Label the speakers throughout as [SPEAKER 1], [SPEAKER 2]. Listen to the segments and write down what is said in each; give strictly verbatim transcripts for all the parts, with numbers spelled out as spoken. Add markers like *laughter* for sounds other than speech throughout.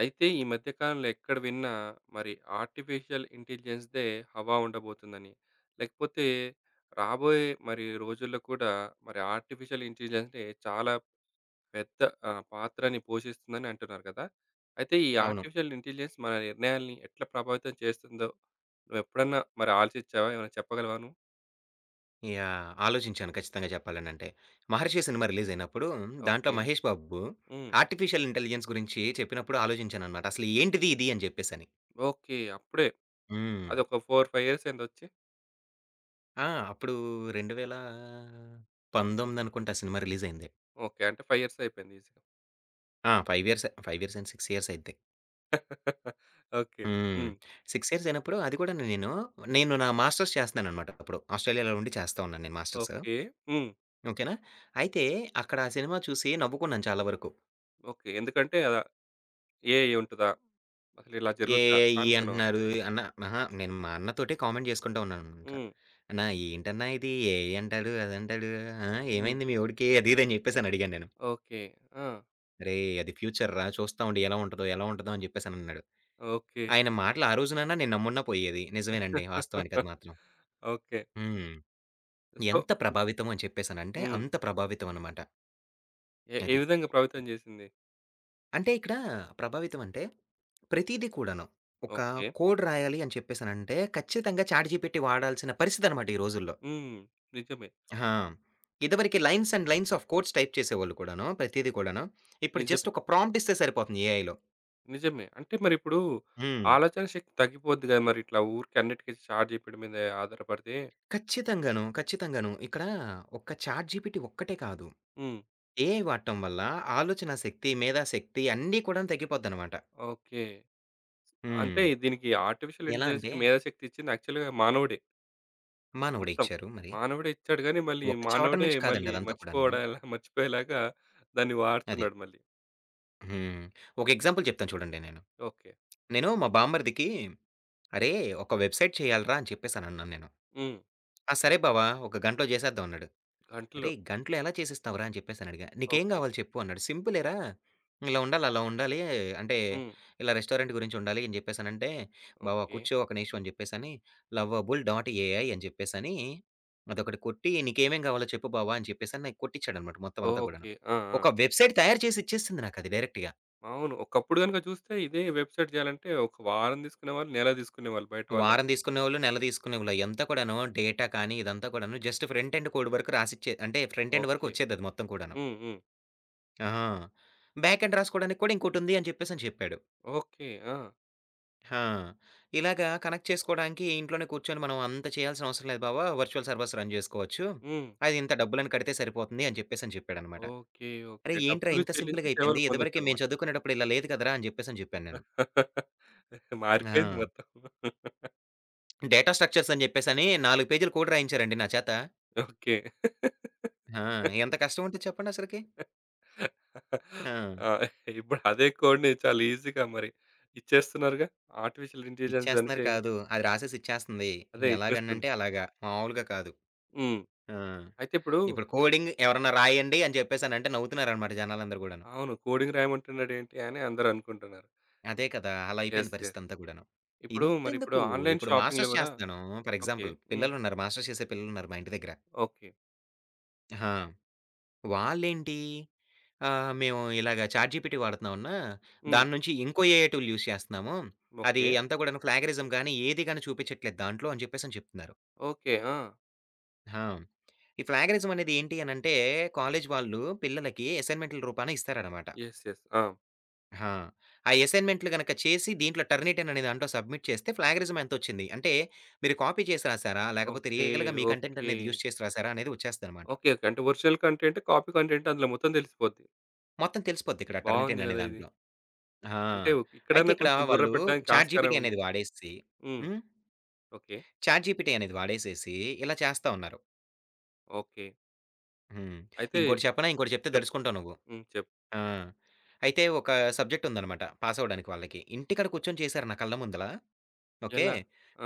[SPEAKER 1] అయితే ఈ మధ్య కాలంలో ఎక్కడ విన్నా మరి ఆర్టిఫిషియల్ ఇంటెలిజెన్స్‌దే హవా ఉండబోతుందని, లేకపోతే రాబోయే మరి రోజుల్లో కూడా మరి ఆర్టిఫిషియల్ ఇంటెలిజెన్స్‌నే చాలా పెద్ద ఆహ్, పాత్రని పోషిస్తుందని అంటున్నారు కదా! అయితే ఈ
[SPEAKER 2] అవును.
[SPEAKER 1] ఆర్టిఫిషియల్ ఇంటెలిజెన్స్ మన నిర్ణయాల్ని ఎట్లా ప్రభావితం చేస్తుందో నువ్వెప్పుడన్నా మరి ఆలోచించావా? ఏమైనా చెప్పగలవా నువ్వు?
[SPEAKER 2] యాహ్! ఆలోచించాను ఖచ్చితంగా చెప్పాలనంటే. 'మహర్షి' సినిమా రిలీజ్ అయినప్పుడు దాంట్లో
[SPEAKER 1] ఓకే.
[SPEAKER 2] మహేష్ బాబు
[SPEAKER 1] హ్మ్.
[SPEAKER 2] ఆర్టిఫిషియల్ ఇంటెలిజెన్స్ గురించి చెప్పినప్పుడు ఆలోచించాననమాట. అసలు ఏంటిది ఇది అని చెప్పేసని.
[SPEAKER 1] ఓకే. అప్పుడే
[SPEAKER 2] హ్మ్.
[SPEAKER 1] అదొక నాలుగు, ఐదు ఇయర్స్ అయిందొచ్చి?
[SPEAKER 2] ఆ! అప్పుడు రెండు వేల పంతొమ్మిది అనుకుంటా ఆ సినిమా రిలీజ్ అయింది.
[SPEAKER 1] ఓకే. అంటే ఐదు ఇయర్స్ అయిపోయింది ఈజీగా.
[SPEAKER 2] ఆ! ఐదు ఇయర్స్ ఐదు ఇయర్స్ అండ్ ఆరు ఇయర్స్ అయిద్ది.
[SPEAKER 1] *laughs* ఓకే.
[SPEAKER 2] హ్మ్.
[SPEAKER 1] హ్మ్.
[SPEAKER 2] ఆరు ఇయర్స్ అయినప్పుడు అది కూడా నేను, నేను నా మాస్టర్స్ చేస్తున్నాననమాట అప్పుడు. ఆస్ట్రేలియాలో ఉండి చేస్తా ఉన్నాను నేను మాస్టర్స్.
[SPEAKER 1] ఓకే. హ్మ్.
[SPEAKER 2] ఓకేనా? అయితే అక్కడ ఆ సినిమా చూసి నవ్వుకున్నాను చాలా వరకు.
[SPEAKER 1] ఓకే. ఎందుకంటే అదా ఏఐ ఉంటదా? అసలు ఇలా జరుగుద్దా
[SPEAKER 2] ఏఐ ఈ
[SPEAKER 1] అనుకున్నావా?
[SPEAKER 2] అంటున్నారు. అన్న అహా! నేను మా అన్నతోటే కామెంట్ చేసుకుంటా ఉన్నాననమాట.
[SPEAKER 1] హ్మ్.
[SPEAKER 2] "అన్న ఏంటన్నా ఇది ఏఐ అంటాడు, అదంటాడు. ఆ!
[SPEAKER 1] హ్మ్.
[SPEAKER 2] ఏమైంది మీ వోడికి?" అది ఇది అని చెప్పేసి అని అడిగాను నేను.
[SPEAKER 1] ఓకే. ఆ!
[SPEAKER 2] "అరేయ్! అది ఫ్యూచర్ రా చూస్తా ఉండు ఎలా ఉంటదో, ఎలా ఉంటదో" అని చెప్పేసనన్నాడు.
[SPEAKER 1] ఓకే.
[SPEAKER 2] ఆయన మాటలు ఆ రోజునన్నా నేను నమ్మున్నా పోయేది. నిజమేనండి వాస్తవానికి అది
[SPEAKER 1] *laughs*
[SPEAKER 2] మాత్రం.
[SPEAKER 1] ఓకే.
[SPEAKER 2] హ్మ్.
[SPEAKER 1] సో
[SPEAKER 2] ఎంత ప్రభావితం అని చెప్పేసనంటే
[SPEAKER 1] హ్మ్.
[SPEAKER 2] అంత ప్రభావితం అనమాట
[SPEAKER 1] ఏ ఏ
[SPEAKER 2] అది.
[SPEAKER 1] విధంగా ప్రభావితం చేసింది?
[SPEAKER 2] అంటే ఇక్కడ ప్రభావితం అంటే ప్రతీది కూడాను. ఒక
[SPEAKER 1] ఓకే.
[SPEAKER 2] కోడ్ రాయాలి అని చెప్పేసనంటే ఖచ్చితంగా చాట్‌జీపీటీ వాడాల్సిన పరిస్థితనమాట ఈ రోజుల్లో.
[SPEAKER 1] హ్మ్. నిజమే.
[SPEAKER 2] ఆహా! ఇదివరకి lines and lines of codes type చేసేవాళ్ళు కూడాను. ప్రతీది కూడాను. ఇప్పుడు
[SPEAKER 1] నిజమే.
[SPEAKER 2] జస్ట్ ఒక ప్రాంప్ట్ ఇస్తే సరిపోతుంది ఏఐలో.
[SPEAKER 1] నిజమే. అంటే మరిప్పుడు
[SPEAKER 2] హ్మ్.
[SPEAKER 1] ఆలోచన శక్తి తగ్గిపోద్ది కదా! మరి ఇట్లా ఊరికే అన్నిటికి చాట్ జీపీటీ మీద ఆధారపడితే.
[SPEAKER 2] ఖచ్చితంగాను. ఖచ్చితంగాను. ఇక్కడ ఒక్క చాట్ జీపీటీ ఒక్కటే కాదు.
[SPEAKER 1] హ్మ్.
[SPEAKER 2] ఏఐ వాడటం వల్ల ఆలోచన శక్తి, మేధాశక్తి అన్నీ కూడాను తగ్గిపోద్దనమాట.
[SPEAKER 1] ఓకే.
[SPEAKER 2] హ్మ్.
[SPEAKER 1] అంటే దీనికి ఆర్టిఫిషియల్
[SPEAKER 2] ఎలా అంటే
[SPEAKER 1] ఇంటెలిజెన్స్‌కి మేధాశక్తి ఇచ్చింది యాక్చువల్‌గా మానవుడే.
[SPEAKER 2] మానవుడే
[SPEAKER 1] మొత్తం.
[SPEAKER 2] ఇచ్చారు మరి.
[SPEAKER 1] మానవుడే ఇచ్చాడు గానీ, మళ్ళీ
[SPEAKER 2] ఒక చోట
[SPEAKER 1] మానవుడే
[SPEAKER 2] నుంచి కాదండి
[SPEAKER 1] మళ్ళీ
[SPEAKER 2] అదంతా కూడాను.
[SPEAKER 1] మర్చిపోవడేలా మర్చిపోయేలాగా దాన్ని
[SPEAKER 2] అది.
[SPEAKER 1] వాడుతున్నాడు మళ్ళీ.
[SPEAKER 2] హ్మ్. ఒక ఎగ్జాంపుల్ చెప్తాను చూడండి నేను.
[SPEAKER 1] ఓకే.
[SPEAKER 2] నేను మా బామ్మర్దికి "అరేయ్! ఒక వెబ్‌సైట్ చేయాలిరా" అని చెప్పేసనన్నాను నేను.
[SPEAKER 1] హ్మ్.
[SPEAKER 2] "ఆ! సరే బావ ఒక గంటలో చేసేద్దాం" అన్నాడు.
[SPEAKER 1] గంటలో.
[SPEAKER 2] "అరేయ్! గంటలో ఎలా చేసిస్తావురా?" అని చెప్పేసనడిగా. "నీకేం
[SPEAKER 1] ఓకే.
[SPEAKER 2] గావాలి చెప్పు" అన్నాడు. "సింపులేరా, ఇలా ఉండాలి, అలా ఉండాలి. అంటే
[SPEAKER 1] హ్మ్.
[SPEAKER 2] ఇలా రెస్టారెంట్ గురించి ఉండాలి" అని జెప్పేసనంటే, "బావ
[SPEAKER 1] ఓకే.
[SPEAKER 2] కూర్చో ఒక నిమిషం" అని జెప్పేసని, లవబుల్ డాట్ ఏఐ అని జెప్పేసని అదొకటి కొట్టి, "నీకేమేం గావాలో చెప్పు బావ" అని చెప్పేసని నాకు కొట్టిచ్చాడనమాట మొత్తం అంతా కూడాను.
[SPEAKER 1] ఓకే. ఆ! ఆ!
[SPEAKER 2] ఒక వెబ్‌సైట్ తయారు చేసి ఇచ్చేసింది నాకది డైరెక్ట్‌గా.
[SPEAKER 1] అవును. ఒకప్పుడు గనుక చూస్తే ఇదే వెబ్‌సైట్ చేయాలంటే ఒక వారం తీసుకునేవాళ్ళు, నెల తీసుకునేవాళ్ళు బయట వాళ్ళైతే.
[SPEAKER 2] వారం తీసుకునేవోళ్ళు, నెల తీసుకునేవోళ్ళు అయ్యంతా కూడాను డేటా కానీ, ఇదంతా కూడాను జస్ట్ ఫ్రంట్ ఎండ్ కోడ్ వరకు రాసిచ్చే అంటే ఫ్రంట్ ఎండ్ వరకు
[SPEAKER 1] ఓకే.
[SPEAKER 2] ఒచ్చేదది మొత్తం కూడాను.
[SPEAKER 1] హ్మ్. హ్మ్.
[SPEAKER 2] ఆహా! బ్యాకెండ్ రాసుకోవడానికి కూడా ఇంకోటుంది అని చెప్పేసని చెప్పాడు.
[SPEAKER 1] ఓకే. ఆ!
[SPEAKER 2] ఆ! ఇలాగా కనెక్ట్ చేసుకోవడానికి ఇంట్లోనే కూర్చొని మనం అంత చేయాల్సిన అవసరం లేదు బావ. వర్చువల్ సర్వర్స్ రన్ చేసుకోవచ్చు.
[SPEAKER 1] హ్మ్.
[SPEAKER 2] అది ఇంత డబ్బులని కడితే సరిపోతుంది అని చెప్పేసని చెప్పాడనమాట.
[SPEAKER 1] ఓకే.
[SPEAKER 2] అరే!
[SPEAKER 1] ఓకే.
[SPEAKER 2] ఏంట్రా
[SPEAKER 1] డబ్బులు
[SPEAKER 2] ఇంత
[SPEAKER 1] చెల్లించి
[SPEAKER 2] సింపుల్‌గా
[SPEAKER 1] సేవలు
[SPEAKER 2] అయిపోయింది. ఇదివరకే మేము
[SPEAKER 1] పొందొచ్చన్నమాట.
[SPEAKER 2] చదువుకునేటప్పుడు ఇలా లేదు కదరా! అని చెప్పేసని చెప్పాను నేను.
[SPEAKER 1] *laughs* మారిపోయింది
[SPEAKER 2] ఆ!
[SPEAKER 1] మొత్తం. *laughs*
[SPEAKER 2] డేటా స్ట్రక్చర్స్ అని చెప్పేసని నాలుగు పేజీలు కోడ్ రాయించారండి నా చేత.
[SPEAKER 1] ఓకే. *laughs*
[SPEAKER 2] ఆ! ఎంత కష్టం ఉంటది చెప్పండి అసలకి. ఆ!
[SPEAKER 1] ఆ! ఇప్పుడు అదే కోడ్‌ని చాలా ఈజీగా మరి ఇచ్చేస్తున్నారుగా. ఆర్టిఫిషియల్ ఇంటెలిజెన్స్ అని
[SPEAKER 2] ఇచ్చేస్తున్నారు
[SPEAKER 1] చే
[SPEAKER 2] కాదు. అది రాసేసి ఇచ్చేస్తుంది.
[SPEAKER 1] అదే ఇచ్చేస్తుంది.
[SPEAKER 2] ఎలాగనంటే అలాగా. మామూలుగా కాదు.
[SPEAKER 1] హ్మ్.
[SPEAKER 2] ఆ!
[SPEAKER 1] అయితే ఇప్పుడు
[SPEAKER 2] ఇప్పుడు కోడింగ్ ఎవరన్నా రాయండి అని చెప్పేసనంటే నవ్వుతున్నారనమాట జనాలందరూ గూడాను.
[SPEAKER 1] అవును. కోడింగ్ రాయమంటున్నాడేంటి అని అందరూ అనుకుంటున్నారు.
[SPEAKER 2] అదే కదా! అలా
[SPEAKER 1] యెస్.
[SPEAKER 2] అయిపోయింది
[SPEAKER 1] యెస్.
[SPEAKER 2] పరిస్థితంతా గూడాను.
[SPEAKER 1] ఇప్పుడు మరి ఇప్పుడు
[SPEAKER 2] ఇంతెందుకు
[SPEAKER 1] ఆన్‌లైన్
[SPEAKER 2] ఇప్పుడు
[SPEAKER 1] షాపింగ్‌లో
[SPEAKER 2] మాస్టర్స్
[SPEAKER 1] గూడా
[SPEAKER 2] చేస్తున్నాను ఫర్
[SPEAKER 1] ఓకే.
[SPEAKER 2] ఎగ్జాంపుల్
[SPEAKER 1] హ్మ్.
[SPEAKER 2] పిల్లలున్నారు. మాస్టర్స్ చేసే పిల్లలున్నారు మా ఇంటి దగ్గర.
[SPEAKER 1] ఓకే.
[SPEAKER 2] ఆ! వాళ్ళేంటి ఆహ్, మేము ఇలాగ చాట్‌జీపీటీ వాడుతున్నామన్నా,
[SPEAKER 1] హ్మ్.
[SPEAKER 2] దాని నుంచి ఇంకో ఏఐ టూల్ యూజ్ చేస్తున్నాము. అది
[SPEAKER 1] ఓకే.
[SPEAKER 2] అంతా గూడాను ప్లాగరిజం గాని, ఏది గాని చూపించట్లేదు దాంట్లో అని చెప్పేసని చెప్తున్నారు.
[SPEAKER 1] ఓకే. ఆ!
[SPEAKER 2] ఆ! ఈ ప్లాగరిజం అనేది ఏంటి అనంటే, కాలేజీ వాళ్ళు పిల్లలకి అసైన్‌మెంట్‌ల రూపాన ఇస్తారనమాట.
[SPEAKER 1] యెస్. యెస్. ఆ!
[SPEAKER 2] ఆ! ఆ అసైన్‌మెంట్‌లు గనక చేసి దీంట్లో టర్నిటిన్ అనే దాంట్లో సబ్మిట్ చేస్తే ప్లాగరిజం ఎంతొచ్చింది? అంటే మీరు కాపీ చేసి రాసారా? లేకపోతే
[SPEAKER 1] ఓకే.
[SPEAKER 2] రియల్‌గా మీ కంటెంట్
[SPEAKER 1] ఓకే.
[SPEAKER 2] అనేది యూజ్ చేసి రాసారా? అనేది వచ్చేస్తదనమాట.
[SPEAKER 1] ఓకే. ఓకే. అంటే ఒరిజినల్ కంటెంట్, కాపీ కంటెంట్ అందులో మొత్తం తెలిసిపోద్ది.
[SPEAKER 2] మొత్తం తెలిసిపోద్ది ఇక్కడ
[SPEAKER 1] బావుంది
[SPEAKER 2] టర్నిటిన్ అనే
[SPEAKER 1] గదా! ఇది.
[SPEAKER 2] దాంట్లో. ఆ!
[SPEAKER 1] అంటే ఇక్కడ
[SPEAKER 2] అయితే ఇక్కడ
[SPEAKER 1] కొంచెం బుర్ర
[SPEAKER 2] వాళ్ళు
[SPEAKER 1] పెట్టడానికి
[SPEAKER 2] చాట్
[SPEAKER 1] ఆస్కారం
[SPEAKER 2] జీపీటీ
[SPEAKER 1] ఉంది.
[SPEAKER 2] అనేది వాడేసి
[SPEAKER 1] హ్మ్.
[SPEAKER 2] హ్మ్.
[SPEAKER 1] ఓకే.
[SPEAKER 2] చాట్ జీపీటీ అనేది వాడేసేసి ఇలా చేస్తా ఉన్నారు.
[SPEAKER 1] ఓకే.
[SPEAKER 2] హ్మ్.
[SPEAKER 1] అయితే
[SPEAKER 2] ఇంకోటి చెప్పనా? ఇంకోటి చెప్తే
[SPEAKER 1] చెప్పు. చెప్పు.
[SPEAKER 2] దడుచుకుంటావు నువ్వు.
[SPEAKER 1] హ్మ్. చెప్పు.
[SPEAKER 2] ఆ! అయితే ఒక సబ్జెక్ట్ ఉందనమాట పాసవ్వడానికి వాళ్ళకి. ఇంటికాడ కూర్చొని చేశారు నా కళ్ళ ముందల. ఓకే.
[SPEAKER 1] ఎలా?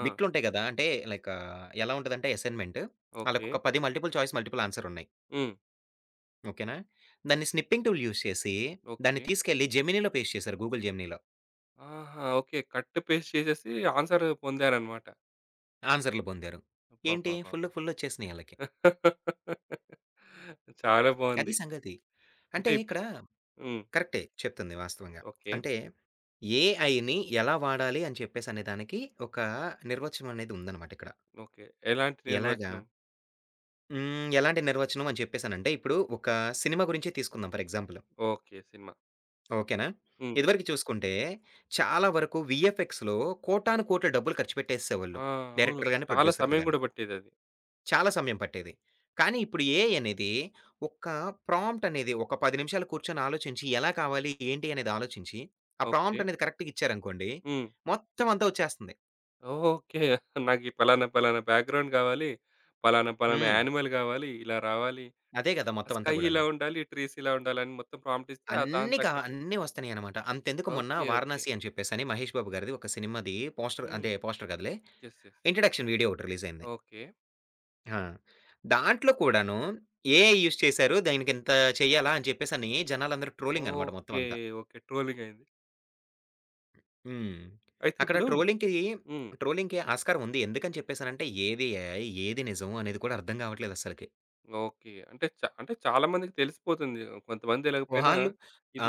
[SPEAKER 1] ఆ!
[SPEAKER 2] బిట్లుంటాయి గదా! అంటే లైక్ ఆహ్, ఎలా ఉంటదంటే అసైన్‌మెంట్
[SPEAKER 1] ఓకే.
[SPEAKER 2] ఆళ్ళకొక పది మల్టిపుల్ చాయిస్, మల్టిపుల్ ఆన్సర్ ఉన్నాయి.
[SPEAKER 1] హ్మ్.
[SPEAKER 2] ఓకేనా? దాన్ని స్నిప్పింగ్ టూల్ యూజ్ చేసి దాన్ని
[SPEAKER 1] ఓకే.
[SPEAKER 2] తీసుకెళ్ళి జెమినీలో పేస్ట్ చేశారు. గూగుల్ జెమినీలో.
[SPEAKER 1] ఆహా! ఓకే. కట్ పేస్ట్ చేసేసి ఆన్సర్ పొందారన్నమాట.
[SPEAKER 2] ఆన్సర్‌లు పొందారు. ఏంటి ఫుల్లు
[SPEAKER 1] అబ్బబ్బబ్బబ్బా!
[SPEAKER 2] ఫుల్లొచ్చేసినియి ఆళ్ళకి.
[SPEAKER 1] చాలా
[SPEAKER 2] అది
[SPEAKER 1] బావుంది.
[SPEAKER 2] సంగతి.
[SPEAKER 1] అంటే
[SPEAKER 2] అంటే
[SPEAKER 1] ఇప్
[SPEAKER 2] ఇక్కడ
[SPEAKER 1] హ్మ్.
[SPEAKER 2] కరెక్టే చెప్తుంది వాస్తవంగా.
[SPEAKER 1] ఓకే.
[SPEAKER 2] అంటే ఏఐని ఎలా వాడాలి అని చెప్పేసనే దానికి ఒక నిర్వచనం అనేది ఉందనమాట ఇక్కడ.
[SPEAKER 1] ఓకే. ఎలాంటి
[SPEAKER 2] ఎలాగా?
[SPEAKER 1] నిర్వచనం?
[SPEAKER 2] హ్మ్. ఎలాంటి నిర్వచనం అని చెప్పేసనంటే ఇప్పుడు ఒక సినిమా గురించే తీసుకుందాం ఫర్ ఎగ్జాంపుల్.
[SPEAKER 1] ఓకే. సినిమా.
[SPEAKER 2] ఓకేనా?
[SPEAKER 1] హ్మ్.
[SPEAKER 2] ఇదివరకు చూసుకుంటే, చాలా వరకు వీఎఫ్ఎక్స్‌లో కోటాను కోట్ల డబ్బులు ఖర్చు పెట్టేసేసేవాళ్ళు.
[SPEAKER 1] ఆ! అవును.
[SPEAKER 2] డైరెక్టర్‌లు గాని,
[SPEAKER 1] చాలా
[SPEAKER 2] ప్రొడ్యూసర్‌లు
[SPEAKER 1] సమయం
[SPEAKER 2] గాని.
[SPEAKER 1] గూడా పట్టేదది.
[SPEAKER 2] చాలా సమయం పట్టేది. కానీ ఇప్పుడు ఏఐ అనేది ఒక్క ప్రాంప్ట్ అనేది ఒక పది నిమిషాలు కూర్చొని ఆలోచించి, ఎలా కావాలి, ఏంటి అనేది ఆలోచించి, ఆ
[SPEAKER 1] ఓకే.
[SPEAKER 2] ప్రాంప్ట్ అనేది కరెక్ట్‌గా ఇచ్చారనుకోండి,
[SPEAKER 1] హ్మ్.
[SPEAKER 2] మొత్తం అంతా వచ్చేస్తుంది.
[SPEAKER 1] ఓకే. నాకీ పలానా పలానా బ్యాక్‌గ్రౌండ్ గావాలి. పలానా పలానా
[SPEAKER 2] హ్మ్.
[SPEAKER 1] యానిమల్ గావాలి. ఇలా రావాలి.
[SPEAKER 2] అదే గదా!
[SPEAKER 1] ఆ
[SPEAKER 2] మొత్తం అంతా
[SPEAKER 1] స్కై
[SPEAKER 2] గూడాను.
[SPEAKER 1] ఇలా ఉండాలి. ట్రీస్ ఇలా ఉండాలని మొత్తం ప్రాంప్ట్ ఇస్తే ఆ దానికి
[SPEAKER 2] అన్నీ కా
[SPEAKER 1] తగ్గట్టు.
[SPEAKER 2] అన్నీ వస్తున్నాయన్నమాట. అంతెందుకు మొన్న
[SPEAKER 1] ఓకే. ఓకే.
[SPEAKER 2] 'వారణాసి' అని చెప్పేసని మహేష్ బాబు గారిది ఒక సినిమాది పోస్టర్ అంటే
[SPEAKER 1] హ్మ్.
[SPEAKER 2] పోస్టర్ కాదులే,
[SPEAKER 1] యెస్. యెస్.
[SPEAKER 2] ఇంట్రడక్షన్ వీడియో ఒకటి రిలీజ్ అయింది.
[SPEAKER 1] ఓకే.
[SPEAKER 2] ఆ! దాంట్లో కూడాను ఏఐ యూజ్ చేశారు. దానికింత చేయాలా అని చెప్పేసని జనాలందరూ ట్రోలింగ్ అనమాట మొత్తం
[SPEAKER 1] ఓకే.
[SPEAKER 2] అంతా.
[SPEAKER 1] ఓకే. ట్రోలింగ్ అయింది.
[SPEAKER 2] హ్మ్.
[SPEAKER 1] అయితే
[SPEAKER 2] అక్కడ
[SPEAKER 1] ఇప్పుడు
[SPEAKER 2] ట్రోలింగ్‌కి,
[SPEAKER 1] హ్మ్.
[SPEAKER 2] ట్రోలింగ్‌కి ఆస్కారం ఉంది. ఎందుకని చెప్పేసనంటే ఏది ఏఐ, ఏది నిజం అనేది కూడా అర్థం కావట్లేదు అస్సలకి.
[SPEAKER 1] ఓకే. అంటే చ అంటే చాలా మందికి తెలిసిపోతుంది. కొంతమంది తెలవకపోయినా
[SPEAKER 2] వాళ్ళు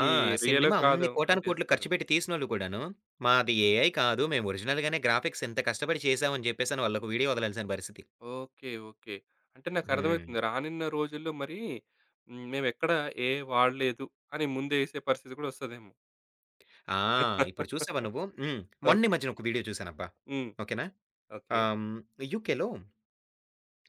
[SPEAKER 2] ఆ!
[SPEAKER 1] రియలో
[SPEAKER 2] సినిమా అన్ని
[SPEAKER 1] కాదో అని
[SPEAKER 2] కోటానుకోట్లు ఖర్చు
[SPEAKER 1] తెలిసిపోతుంది.
[SPEAKER 2] పెట్టి తీసినోళ్ళు కూడాను, మాది ఏఐ కాదు. మేము ఒరిజినల్‌గానే గ్రాఫిక్స్ ఇంత కష్టపడి చేసాం అని చెప్పేసని వాళ్ళొక వీడియో వదలాల్సిన పరిస్థితి.
[SPEAKER 1] ఓకే. ఓకే. అంటే
[SPEAKER 2] హ్మ్.
[SPEAKER 1] నాకర్థమవుతుంది. రానున్న రోజుల్లో మరి హ్మ్. మేమెక్కడ ఏ వాడలేదు అని ముందే యేసే పరిస్థితి కూడా వస్తదేమో.
[SPEAKER 2] ఆ! ఇప్పుడు చూసావా
[SPEAKER 1] *laughs*
[SPEAKER 2] నువ్వు? హ్మ్. మొన్న ఈ
[SPEAKER 1] ఓకే.
[SPEAKER 2] మధ్యన ఒక వీడియో చూసానబ్బా.
[SPEAKER 1] హ్మ్.
[SPEAKER 2] ఓకేనా?
[SPEAKER 1] ఓకే.
[SPEAKER 2] ఆహ్, హ్మ్, యూకేలో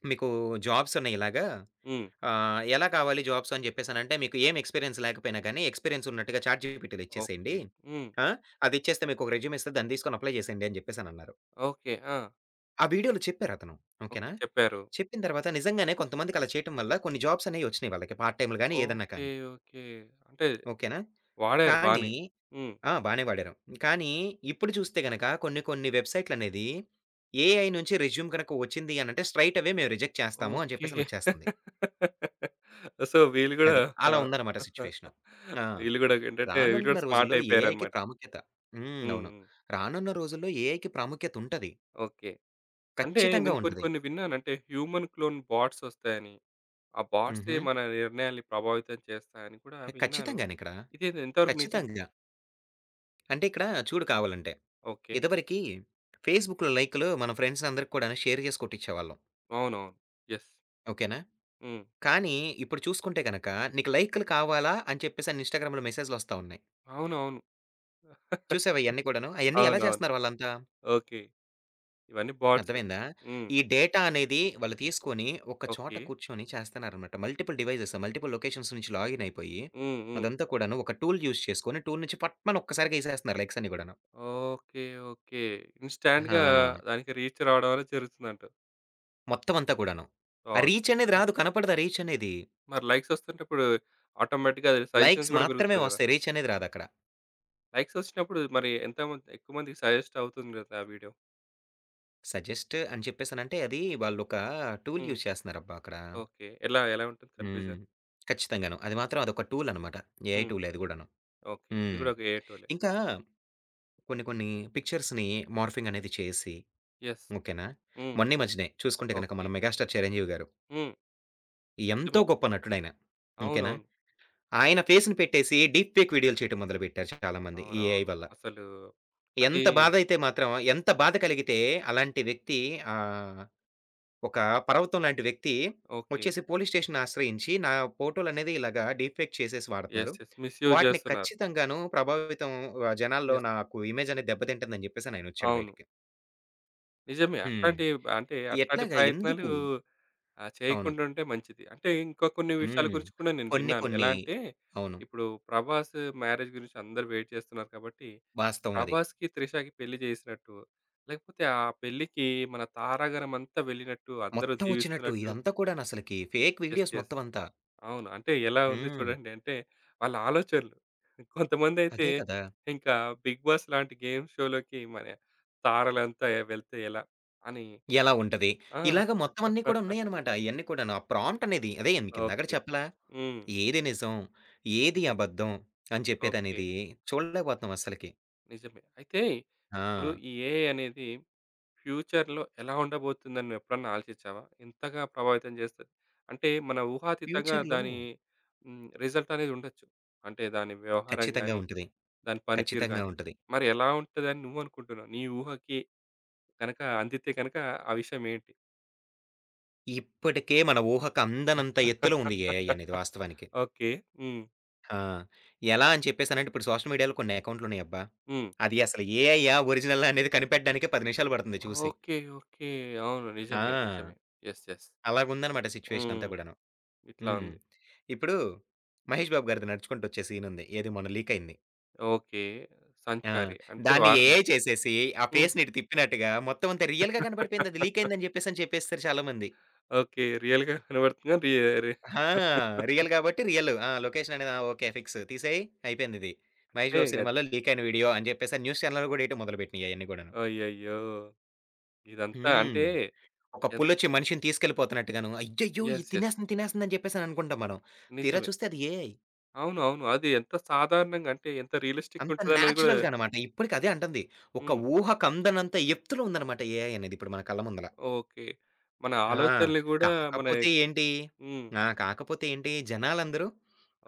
[SPEAKER 2] మీకు జాబ్స్ ఉన్నాయి ఇలాగా.
[SPEAKER 1] హ్మ్.
[SPEAKER 2] ఆహ్, ఎలా కావాలి జాబ్స్ అని చెప్పేసనంటే, మీకు ఏం ఎక్స్‌పీరియన్స్ లేకపోయినా గాని, ఎక్స్‌పీరియన్స్ ఉన్నట్టుగా చాట్‌జీపీటీలో ఇచ్చేసేయండి.
[SPEAKER 1] ఓకే. హ్మ్.
[SPEAKER 2] ఆ! అది ఇచ్చేస్తే మీకు ఒక రెజ్యూమ్ ఇస్తది. దాన్ని తీసుకొని అప్లై చేసేయండి అని చెప్పేసనన్నారు.
[SPEAKER 1] ఓకే. ఆ!
[SPEAKER 2] ఆ వీడియోలో చెప్పారతను.
[SPEAKER 1] ఓకే.
[SPEAKER 2] ఓకేనా?
[SPEAKER 1] చెప్పారు.
[SPEAKER 2] చెప్పిన తర్వాత నిజంగానే కొంతమందికి అలా చేయటం వల్ల కొన్ని జాబ్స్ అనేవి వచ్చినాయి వాళ్ళకి. పార్ట్ టైమ్‌లు గాని, ఏదన్నా
[SPEAKER 1] ఓకే.
[SPEAKER 2] కానీ.
[SPEAKER 1] ఓకే. అంటే
[SPEAKER 2] ఓకేనా?
[SPEAKER 1] వాడారు
[SPEAKER 2] కానీ
[SPEAKER 1] బానే. హ్మ్.
[SPEAKER 2] ఆ! బానే వాడారు. కానీ ఇప్పుడు చూస్తే గనక కొన్ని కొన్ని వెబ్‌సైట్‌లనేది ఏఐ నుంచి రెజ్యూమ్ గనక వచ్చింది అనంటే, స్ట్రెయిట్ అవే మేము రిజెక్ట్ చేస్తాము అని
[SPEAKER 1] ఓకే.
[SPEAKER 2] చెప్పేసనొచ్చేస్తుంది.
[SPEAKER 1] సో, వీళ్ళు గూడా
[SPEAKER 2] అది.
[SPEAKER 1] ఆ!
[SPEAKER 2] అలా ఉందన్నమాట సిట్యుయేషను. ఆ!
[SPEAKER 1] వీళ్ళు గూడా ఏంటంటే, వీళ్ళు
[SPEAKER 2] రానున్న
[SPEAKER 1] గూడా స్మార్ట్
[SPEAKER 2] రోజుల్లో ఏఐకి
[SPEAKER 1] అయిపోయారన్నమాట.
[SPEAKER 2] ప్రాముఖ్యత హ్మ్.
[SPEAKER 1] హ్మ్.
[SPEAKER 2] అవును.
[SPEAKER 1] హ్మ్.
[SPEAKER 2] రానున్న రోజుల్లో ఏఐకి ప్రాముఖ్యత ఉంటది.
[SPEAKER 1] ఓకే. అంటే
[SPEAKER 2] ఖచ్చితంగా
[SPEAKER 1] నేను కొన్ని
[SPEAKER 2] ఉంటది.
[SPEAKER 1] కొన్ని విన్నాను. అంటే హ్యూమన్ క్లోన్ బాట్స్ ఒస్తాయని. ఆ బాట్సే
[SPEAKER 2] హుహు.
[SPEAKER 1] మన నిర్ణయాల్ని ప్రభావితం చేస్తాయని కూడా విన్నాను.
[SPEAKER 2] ఖచ్చితంగానిక్కడ.
[SPEAKER 1] ఇదేది ఎంతవరకు నిజం?
[SPEAKER 2] ఖచ్చితంగా. అంటే ఇక్కడ చూడు కావాలంటే,
[SPEAKER 1] ఓకే.
[SPEAKER 2] ఇదివరకి ఫేస్‌బుక్‌లో లైకులు మన ఫ్రెండ్స్ అందరికి కూడాను షేర్ చేసి కొట్టించేవాళ్ళం.
[SPEAKER 1] అవునవును. యెస్.
[SPEAKER 2] ఓకేనా?
[SPEAKER 1] హ్మ్.
[SPEAKER 2] కానీ ఇప్పుడు చూసుకుంటే గనక నీకు లైకులు కావాలా అని చెప్పేసి అని ఇన్‌స్టాగ్రామ్‌లో మెసేజ్‌లొస్తా ఉన్నాయి.
[SPEAKER 1] అవునవును.
[SPEAKER 2] చూసావా ఇయన్నీ కూడాను? అయన్నీ ఎలా
[SPEAKER 1] అవునవును.
[SPEAKER 2] చేస్తున్నారు వాళ్ళంతా?
[SPEAKER 1] ఓకే. ఇవన్నీ బాట్స్.
[SPEAKER 2] అర్థమైందా?
[SPEAKER 1] హ్మ్.
[SPEAKER 2] ఈ డేటా అనేది వాళ్ళు తీసుకొని, ఒక చోట
[SPEAKER 1] ఓకే.
[SPEAKER 2] కూర్చొని చేస్తన్నారనమాట. మల్టిపుల్ డివైజెస్, మల్టిపుల్ లొకేషన్స్ నుంచి లాగిన్ అయిపోయి,
[SPEAKER 1] హ్మ్. హ్మ్.
[SPEAKER 2] అదంతా కూడాను ఒక టూల్ యూజ్ చేసుకొని, టూల్ నుంచి పట్మని ఒక్కసారిగా ఎసేస్తున్నారు లెగ్స్ అన్నీ గూడాను.
[SPEAKER 1] ఓకే. ఓకే. ఇన్‌స్టాంట్‌గా
[SPEAKER 2] ఆ!
[SPEAKER 1] దానికి రీచ్ రావడం అనేది జరుగుతుందంటావు.
[SPEAKER 2] మొత్తం అంతా కూడాను. ఆ
[SPEAKER 1] బావుంది.
[SPEAKER 2] రీచ్ అనేది
[SPEAKER 1] హ్మ్.
[SPEAKER 2] రాదు. కనపడదు ఆ రీచ్ అనేది.
[SPEAKER 1] మరి లైక్స్ వస్తుంటే ఇప్పుడు ఆటోమేటిక్‌గా అది
[SPEAKER 2] లైక్స్
[SPEAKER 1] సజెషన్స్ గూడా
[SPEAKER 2] మాత్రమే
[SPEAKER 1] పెరుగుతది గదా!
[SPEAKER 2] వస్తాయి. రీచ్ అనేది రాదక్కడ.
[SPEAKER 1] లైక్స్ వచ్చినప్పుడు మరి ఎంతమంది ఎక్కువ మందికి సజెస్ట్ అవుతుంది గదా! ఆ వీడియో.
[SPEAKER 2] సజెస్ట్ అని చెప్పేసనంటే, అది వాళ్ళొక టూల్
[SPEAKER 1] హ్మ్.
[SPEAKER 2] యూజ్ చేస్తున్నారబ్బా అక్కడ.
[SPEAKER 1] ఓకే. ఎలా ఎలా ఉంటుంది
[SPEAKER 2] హ్మ్.
[SPEAKER 1] కన్ఫ్యూజన్?
[SPEAKER 2] ఖచ్చితంగాను. అది మాత్రం అదొక టూల్ అనమాట. ఏఐ
[SPEAKER 1] హ్మ్.
[SPEAKER 2] టూలే అది గూడాను.
[SPEAKER 1] ఓకే. ఇది
[SPEAKER 2] హ్మ్.
[SPEAKER 1] గూడా ఒక ఏఐ టూలే.
[SPEAKER 2] ఇంకా కొన్ని కొన్ని పిక్చర్స్‌ని మార్ఫింగ్ అనేది చేసి,
[SPEAKER 1] యెస్.
[SPEAKER 2] ఓకేనా?
[SPEAKER 1] హ్మ్.
[SPEAKER 2] మొన్న ఈ మధ్యనే చూసుకుంటే గనక
[SPEAKER 1] ఓకే.
[SPEAKER 2] మన 'మెగాస్టార్ చిరంజీవి' గారు
[SPEAKER 1] హ్మ్.
[SPEAKER 2] ఎంతో
[SPEAKER 1] నిజమే.
[SPEAKER 2] గొప్ప నటుడాయన. ఓకేనా?
[SPEAKER 1] అవునవును.
[SPEAKER 2] ఆయన ఫేస్‌ని పెట్టేసి డీప్ ఫేక్ వీడియోలు చేయటం మొదలుపెట్టారు చాలామంది ఈ ఏఐ
[SPEAKER 1] అవునవును.
[SPEAKER 2] వల్ల.
[SPEAKER 1] అసలు అది
[SPEAKER 2] ఎంత బాధైతే మాత్రం ఎంత బాధ కలిగితే అలాంటి వ్యక్తి ఆహ్, ఒక పర్వతం లాంటి వ్యక్తి
[SPEAKER 1] ఓకే.
[SPEAKER 2] వచ్చేసి పోలీస్ స్టేషన్‌ని ఆశ్రయించి నా ఫోటోలనేది ఇలాగా డీప్ ఫేక్ చేసేసి
[SPEAKER 1] యెస్.
[SPEAKER 2] వాడుతున్నారు.
[SPEAKER 1] యెస్. మిస్‌యూజ్
[SPEAKER 2] వాటిని
[SPEAKER 1] జేస్తున్నారు.
[SPEAKER 2] ఖచ్చితంగాను ప్రభావితం ఆహ్, జనాల్లో
[SPEAKER 1] యెస్.
[SPEAKER 2] నాకు ఇమేజ్ అనేది దెబ్బతింటుందని చెప్పేసని ఆయనొచ్చాడు
[SPEAKER 1] అవును.
[SPEAKER 2] బయటికి.
[SPEAKER 1] నిజమే.
[SPEAKER 2] హ్మ్.
[SPEAKER 1] అట్లాంటి అంటే అట్లాంటి
[SPEAKER 2] ఎట్లాగా?
[SPEAKER 1] ప్రయత్నాలు
[SPEAKER 2] ఎందుకు?
[SPEAKER 1] ఆహ్,
[SPEAKER 2] అవును.
[SPEAKER 1] చేయకుండా ఉంటే మంచిది. అంటే ఇంకా కొన్ని విషయాల
[SPEAKER 2] హ్మ్.
[SPEAKER 1] గురించి కూడా నేను
[SPEAKER 2] కొన్ని
[SPEAKER 1] విన్నాను. ఎలా
[SPEAKER 2] కొన్ని
[SPEAKER 1] అంటే
[SPEAKER 2] అవును.
[SPEAKER 1] ఇప్పుడు 'ప్రభాస్' మ్యారేజ్ గురించి అందరూ వెయిట్ చేస్తున్నారు కాబట్టి
[SPEAKER 2] వాస్తవం అది.
[SPEAKER 1] 'ప్రభాస్‌కి, త్రిషకి' పెళ్లి చేసినట్టు, లేకపోతే ఆ పెళ్ళికి మన తారాగణం అంతా వెళ్ళినట్టు అందరూ
[SPEAKER 2] మొత్తం ఒచ్చినట్టు
[SPEAKER 1] దీవిస్తున్నట్టు.
[SPEAKER 2] ఇదంతా కూడానసలకి ఫేక్
[SPEAKER 1] యెస్.
[SPEAKER 2] Videos
[SPEAKER 1] yes.
[SPEAKER 2] మొత్తం అంతా.
[SPEAKER 1] అవును. అంటే ఎలా ఉంది
[SPEAKER 2] హ్మ్.
[SPEAKER 1] చూడండి. అంటే వాళ్ళ ఆలోచనలు. కొంతమందైతే
[SPEAKER 2] అదే కదా!
[SPEAKER 1] ఇంకా 'బిగ్ బాస్' లాంటి గేమ్ షోలోకి మన తారలంతా వెళ్తే ఎలా అని
[SPEAKER 2] ఎలా ఉంటది?
[SPEAKER 1] ఆ!
[SPEAKER 2] ఇలాగ మొత్తం అన్నీ కూడా ఉన్నాయన్నమాట. ఇయన్నీ కూడాను. ఆ ప్రాంప్ట్ అనేది అదే మీకిందాకడ
[SPEAKER 1] ఓకే.
[SPEAKER 2] చెప్పలా?
[SPEAKER 1] హ్మ్.
[SPEAKER 2] ఏది నిజం? ఏది
[SPEAKER 1] నిజమే.
[SPEAKER 2] అబద్ధం? అని
[SPEAKER 1] ఓకే.
[SPEAKER 2] చెప్పేదనేది చూడలేకపోతున్నాం అస్సలకి.
[SPEAKER 1] నిజమే. అయితే ఇప్పుడు
[SPEAKER 2] ఆ!
[SPEAKER 1] ఈ ఏఐ అనేది ఫ్యూచర్‌లో ఎలా ఉండబోతుందని నువ్వు ఎప్పుడన్నా ఆలోచించావా? ఎంతగా ప్రభావితం చేస్తది? అంటే మన ఊహాతీతంగా
[SPEAKER 2] ఫ్యూచర్‌లో
[SPEAKER 1] దాని హ్మ్. రిజల్ట్ అనేది ఉండొచ్చు. అంటే దాని వ్యవహారం
[SPEAKER 2] ఖచ్చితంగా
[SPEAKER 1] గాని,
[SPEAKER 2] ఉంటది.
[SPEAKER 1] దాని పనితీరు
[SPEAKER 2] ఖచ్చితంగా
[SPEAKER 1] గాని.
[SPEAKER 2] ఉంటది.
[SPEAKER 1] మరి ఎలా ఉంటదని నువ్వు అనుకుంటున్నావు? నీ ఊహకి గనక అందితే గనక ఆ విషయం ఏంటి?
[SPEAKER 2] ఇప్పటికే మన ఊహకు అందనంత ఎత్తులో ఉంది ఏఐ అనేది
[SPEAKER 1] *laughs*
[SPEAKER 2] వాస్తవానికి.
[SPEAKER 1] ఓకే. హ్మ్.
[SPEAKER 2] ఆ! ఎలా అని చెప్పేసనంటే ఇప్పుడు సోషల్ మీడియాలో కొన్ని అకౌంట్లున్నాయబ్బా!
[SPEAKER 1] హ్మ్.
[SPEAKER 2] అది అసలు ఏఐయా? ఒరిజినలా? అనేది కనిపెట్టడానికే పది నిమిషాలు పడుతుంది చూసి.
[SPEAKER 1] ఓకే. ఓకే. అవును. నిజమే.
[SPEAKER 2] ఆ!
[SPEAKER 1] నిజమే. యెస్. యెస్.
[SPEAKER 2] అలాగుందనమాట సిట్యుయేషన్ అంతా
[SPEAKER 1] హ్మ్.
[SPEAKER 2] కూడాను.
[SPEAKER 1] ఇట్లా
[SPEAKER 2] హ్మ్.
[SPEAKER 1] ఉంది.
[SPEAKER 2] ఇప్పుడు 'మహేష్ బాబు' గారిది నడుచుకుంటొచ్చే సీనుంది. ఏది మొన్న లీకయింది.
[SPEAKER 1] ఓకే.
[SPEAKER 2] ఆ!
[SPEAKER 1] 'సంచారి' అంటే
[SPEAKER 2] దాన్ని ఏఐ
[SPEAKER 1] వారణాసి.
[SPEAKER 2] చేసేసి, ఆ
[SPEAKER 1] హ్మ్.
[SPEAKER 2] ఫేస్‌ని ఇటు తిప్పినట్టుగా మొత్తం అంతా రియల్‌గా కనపడిపోయింది. అది లీకయిందని చెప్పేసని చెప్పేస్తారు చాలా మంది.
[SPEAKER 1] ఓకే. రియల్‌గా కనబడుతుందా? రి రి
[SPEAKER 2] ఆ! రియల్ కాబట్టి రియల్. ఆ! లొకేషన్ అనేది ఆ! ఓకే. ఫిక్స్ తీసేయి అయిపోయిందిది. 'మహేష్
[SPEAKER 1] అంతే
[SPEAKER 2] బాబు'
[SPEAKER 1] గద.
[SPEAKER 2] సినిమాలో లీకయిన వీడియో అని చెప్పేసి న్యూస్ ఛానెల్‌లు కూడా ఎయటం మొదలుపెట్టినియి అయన్నీ కూడాను.
[SPEAKER 1] అయ్యయ్యో! ఇదంతా
[SPEAKER 2] హ్మ్.
[SPEAKER 1] అంటే
[SPEAKER 2] ఒక
[SPEAKER 1] ఎన్
[SPEAKER 2] పులొచ్చి మనిషిని తీసుకెళ్ళిపోతున్నట్టుగాను, అయ్యయ్యో! ఇది
[SPEAKER 1] యెస్. యెస్.
[SPEAKER 2] తినేస్తుంది, తినేస్తుంది అని చెప్పేసి అనుకుంటాం మనం. తీరా
[SPEAKER 1] నిజమే.
[SPEAKER 2] చూస్తే అది ఏఐ.
[SPEAKER 1] అవును. అవును. అది ఎంత సాధారణంగా అంటే ఎంత రియలిస్టిక్‌గా
[SPEAKER 2] అంత
[SPEAKER 1] ఉంటదనేది గూడా
[SPEAKER 2] న్యాచురల్‌గా అనమాట. ఇప్పటికి అదే అంటుంది. ఒక
[SPEAKER 1] హ్మ్.
[SPEAKER 2] ఊహకు అందనంత ఎత్తులో ఉందనమాట ఏఐ అనేది ఇప్పుడు మన కళ్ళ ముందల.
[SPEAKER 1] ఓకే. మన
[SPEAKER 2] ఆ!
[SPEAKER 1] ఆలోచనలు గూడా మన
[SPEAKER 2] కాకపోతే ఏంటి
[SPEAKER 1] హ్మ్.
[SPEAKER 2] ఆ! కాకపోతే ఏంటి జనాలందరూ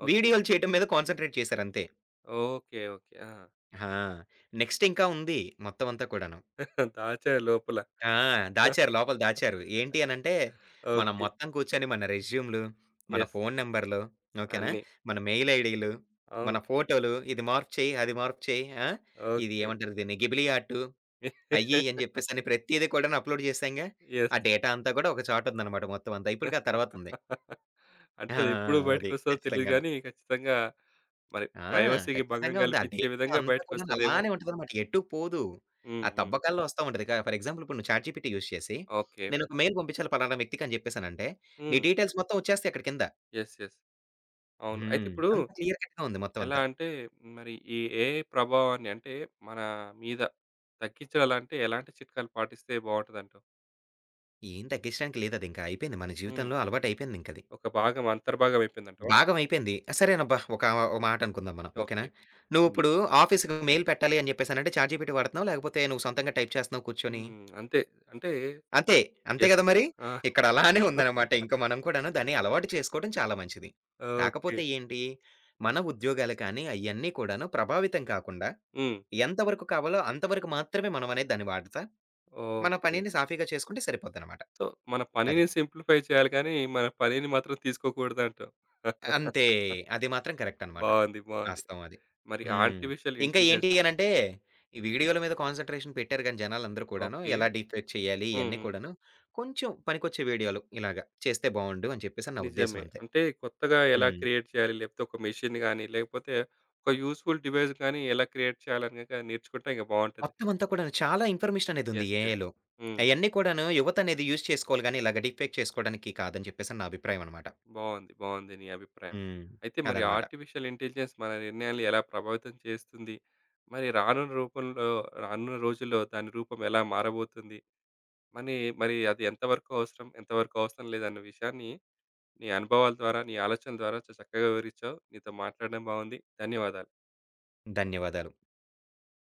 [SPEAKER 1] ఓకే.
[SPEAKER 2] వీడియోలు చేయటం మీద కాన్సంట్రేట్ చేశారంతే.
[SPEAKER 1] ఓకే. ఓకే. ఆ!
[SPEAKER 2] ఆ! నెక్స్ట్ ఇంకా ఉంది మొత్తం అంతా కూడాను.
[SPEAKER 1] దాచారు లోపల.
[SPEAKER 2] ఆ! దాచారు. లోపల దాచారు. ఏంటి అనంటే, మనం
[SPEAKER 1] ఓకే.
[SPEAKER 2] మొత్తం కూర్చొని మన రెజ్యూమ్‌లు, మన
[SPEAKER 1] యెస్.
[SPEAKER 2] ఫోను నంబర్‌లు ఓకేనా?
[SPEAKER 1] అన్నీ.
[SPEAKER 2] మన మెయిల్ ఐడీలు, మన
[SPEAKER 1] అవును.
[SPEAKER 2] ఫోటోలు ఇది మార్పు చెయ్యి, అది మార్పు చెయ్యి. ఆ! ఇది ఏమంటారు దీన్ని గిబిలీ ఆర్టు
[SPEAKER 1] ఓకే.
[SPEAKER 2] అయ్యి అని చెప్పేసని ప్రతీది కూడాను అప్‌లోడ్ చేశాంగా.
[SPEAKER 1] యెస్.
[SPEAKER 2] ఆ డేటా అంతా కూడా ఒక చోట ఉందనమాట మొత్తం అంతా. ఇప్పటికి ఆ తర్వాతుంది.
[SPEAKER 1] *laughs* అంటే
[SPEAKER 2] ఆ! ఆ!
[SPEAKER 1] అదెప్పుడు
[SPEAKER 2] అది.
[SPEAKER 1] బయటకొస్తదో తెలీదు
[SPEAKER 2] ఖచ్చితంగాను.
[SPEAKER 1] గానీ, ఖచ్చితంగా మరి
[SPEAKER 2] ఆ!
[SPEAKER 1] ప్రైవసీకి భంగం
[SPEAKER 2] ఖచ్చితంగా ఉంది. ఆ
[SPEAKER 1] గలిపించే
[SPEAKER 2] డేటా
[SPEAKER 1] విధంగా
[SPEAKER 2] అంతా కూడాను
[SPEAKER 1] బయటకొస్తదేమో.
[SPEAKER 2] అలానే ఉంటదనమాట. ఎటు పోదు.
[SPEAKER 1] హ్మ్.
[SPEAKER 2] ఆ
[SPEAKER 1] హ్మ్.
[SPEAKER 2] తవ్వకాల్లో వస్తా ఉంటది. క ఫర్ ఎగ్జాంపుల్ ఇప్పుడు నువ్వు చాట్‌జీపీటీ యూజ్ చేసి,
[SPEAKER 1] ఓకే.
[SPEAKER 2] నేను ఒక మెయిల్ పంపించాలి పలానా వ్యక్తికి అని చెప్పేసనంటే, నీ
[SPEAKER 1] హ్మ్.
[SPEAKER 2] డీటెయిల్స్ మొత్తం వచ్చేస్తాయి అక్కడ కింద.
[SPEAKER 1] యెస్. యెస్. అవును. అయితే
[SPEAKER 2] హ్మ్.
[SPEAKER 1] ఇప్పుడు
[SPEAKER 2] అంత క్లియర్ కట్‌గా ఉంది మొత్తం
[SPEAKER 1] ఎలా
[SPEAKER 2] అంతా.
[SPEAKER 1] అంటే, మరి ఈ ఏఐ ప్రభావాన్ని అంటే, మన మీద తగ్గించాలంటే ఎలాంటి చిట్కాలు పాటిస్తే బావుంటదంటావు?
[SPEAKER 2] ఏం తగ్గించడానికి లేదదింకా. అయిపోయింది. మన
[SPEAKER 1] హ్మ్.
[SPEAKER 2] జీవితంలో అలవాటయిపోయిందింకది.
[SPEAKER 1] ఒక భాగం అంతర్భాగం అయిపోయిందంటావా?
[SPEAKER 2] భాగం అయిపోయింది. సరేనబ్బా! ఒక ఒక మాట అనుకుందాం మనం. ఓకేనా?
[SPEAKER 1] ఓకే. హ్మ్.
[SPEAKER 2] నువ్విప్పుడు ఆఫీస్‌కి మెయిల్ పెట్టాలి అని చెప్పేసనంటే చాట్‌జీపీటీ వాడుతున్నావా? లేకపోతే నువ్వు సొంతంగా టైప్ చేస్తున్నావా కూర్చొని?
[SPEAKER 1] హ్మ్. అంతే. అంటే
[SPEAKER 2] అంతే. అంతే
[SPEAKER 1] యెస్.
[SPEAKER 2] గదా మరి!
[SPEAKER 1] ఆ!
[SPEAKER 2] ఇక్కడ అలానే
[SPEAKER 1] *laughs*
[SPEAKER 2] ఉందనమాట. ఇంక మనం కూడాను దాన్ని అలవాటు చేసుకోవడం చాలా మంచిది.
[SPEAKER 1] ఓకే.
[SPEAKER 2] కాకపోతే ఏంటి, మన ఉద్యోగాలు కానీ, అయన్నీ కూడాను ప్రభావితం కాకుండా,
[SPEAKER 1] హ్మ్.
[SPEAKER 2] ఎంత వరకు కావాలో అంతవరకు మాత్రమే మనం అనేది దాన్ని వాడతా, మన
[SPEAKER 1] ఓకే.
[SPEAKER 2] పనిని సాఫీగా చేసుకుంటే సరిపోద్దనమాట.
[SPEAKER 1] సో, మన
[SPEAKER 2] అది.
[SPEAKER 1] పనిని సింప్లిఫై చేయాలి కానీ, మన పనిని మాత్రం తీసుకోకూడదంటావు.
[SPEAKER 2] అంతే. అది మాత్రం కరెక్ట్ అనమాట.
[SPEAKER 1] బావుంది. బావుంది.
[SPEAKER 2] వాస్తవం అది.
[SPEAKER 1] *laughs* మరి
[SPEAKER 2] హ్మ్.
[SPEAKER 1] ఆర్టిఫిషియల్
[SPEAKER 2] ఇంకా
[SPEAKER 1] ఇంటెలిజెన్స్
[SPEAKER 2] ఏంటి అనంటే, ఈ వీడియోల మీద కాన్సంట్రేషన్ పెట్టారు గానీ జనాలందరూ కూడాను,
[SPEAKER 1] ఓకే.
[SPEAKER 2] ఎలా డీప్ ఫేక్ చేయాలి
[SPEAKER 1] హ్మ్.
[SPEAKER 2] ఇయన్నీ
[SPEAKER 1] హ్మ్.
[SPEAKER 2] కూడాను, కొంచెం పనికొచ్చే వీడియోలు ఇలాగా చేస్తే బావుండు అని చెప్పేసి నా
[SPEAKER 1] నిజమే.
[SPEAKER 2] ఉద్దేశ్యం అంతే.
[SPEAKER 1] అంటే కొత్తగా ఎలా
[SPEAKER 2] హ్మ్.
[SPEAKER 1] క్రియేట్ చేయాలి? లేకపోతే ఒక మెషిన్ గాని, లేకపోతే ఒక యూజ్‌ఫుల్ డివైస్ గాని ఎలా క్రియేట్ చేయాలని గనక నేర్చుకుంటే ఇంక బావుంటది.
[SPEAKER 2] మొత్తం అంతా కూడాను చాలా ఇన్ఫర్మేషన్ అనేదుంది
[SPEAKER 1] యెస్. యెస్.
[SPEAKER 2] ఏఐలో.
[SPEAKER 1] హ్మ్.
[SPEAKER 2] అయన్నీ కూడాను యువత అనేది యూజ్ చేసుకోవాలి గానీ, ఇలాగ డీప్ ఫేక్ చేసుకోవడానికి కాదని చెప్పేసి నా అభిప్రాయం అనమాట.
[SPEAKER 1] బావుంది. బావుంది నీ అభిప్రాయం.
[SPEAKER 2] హ్మ్.
[SPEAKER 1] అయితే మరి
[SPEAKER 2] అదనమాట.
[SPEAKER 1] ఆర్టిఫిషియల్ ఇంటెలిజెన్స్ మన నిర్ణయాల్ని ఎలా ప్రభావితం చేస్తుంది? మరి రానున్న రూపంలో రానున్న రోజుల్లో దాని రూపం ఎలా మారబోతుంది? మనీ మరి అది ఎంతవరకు అవసరం, ఎంతవరకు అవసరం లేదన్న విషయాన్ని నీ అనుభవాల ద్వారా, నీ ఆలోచనల ద్వారా చ చక్కగా వివరించావు. నీతో మాట్లాడడం బాగుంది. ధన్యవాదాలు.
[SPEAKER 2] ధన్యవాదాలు.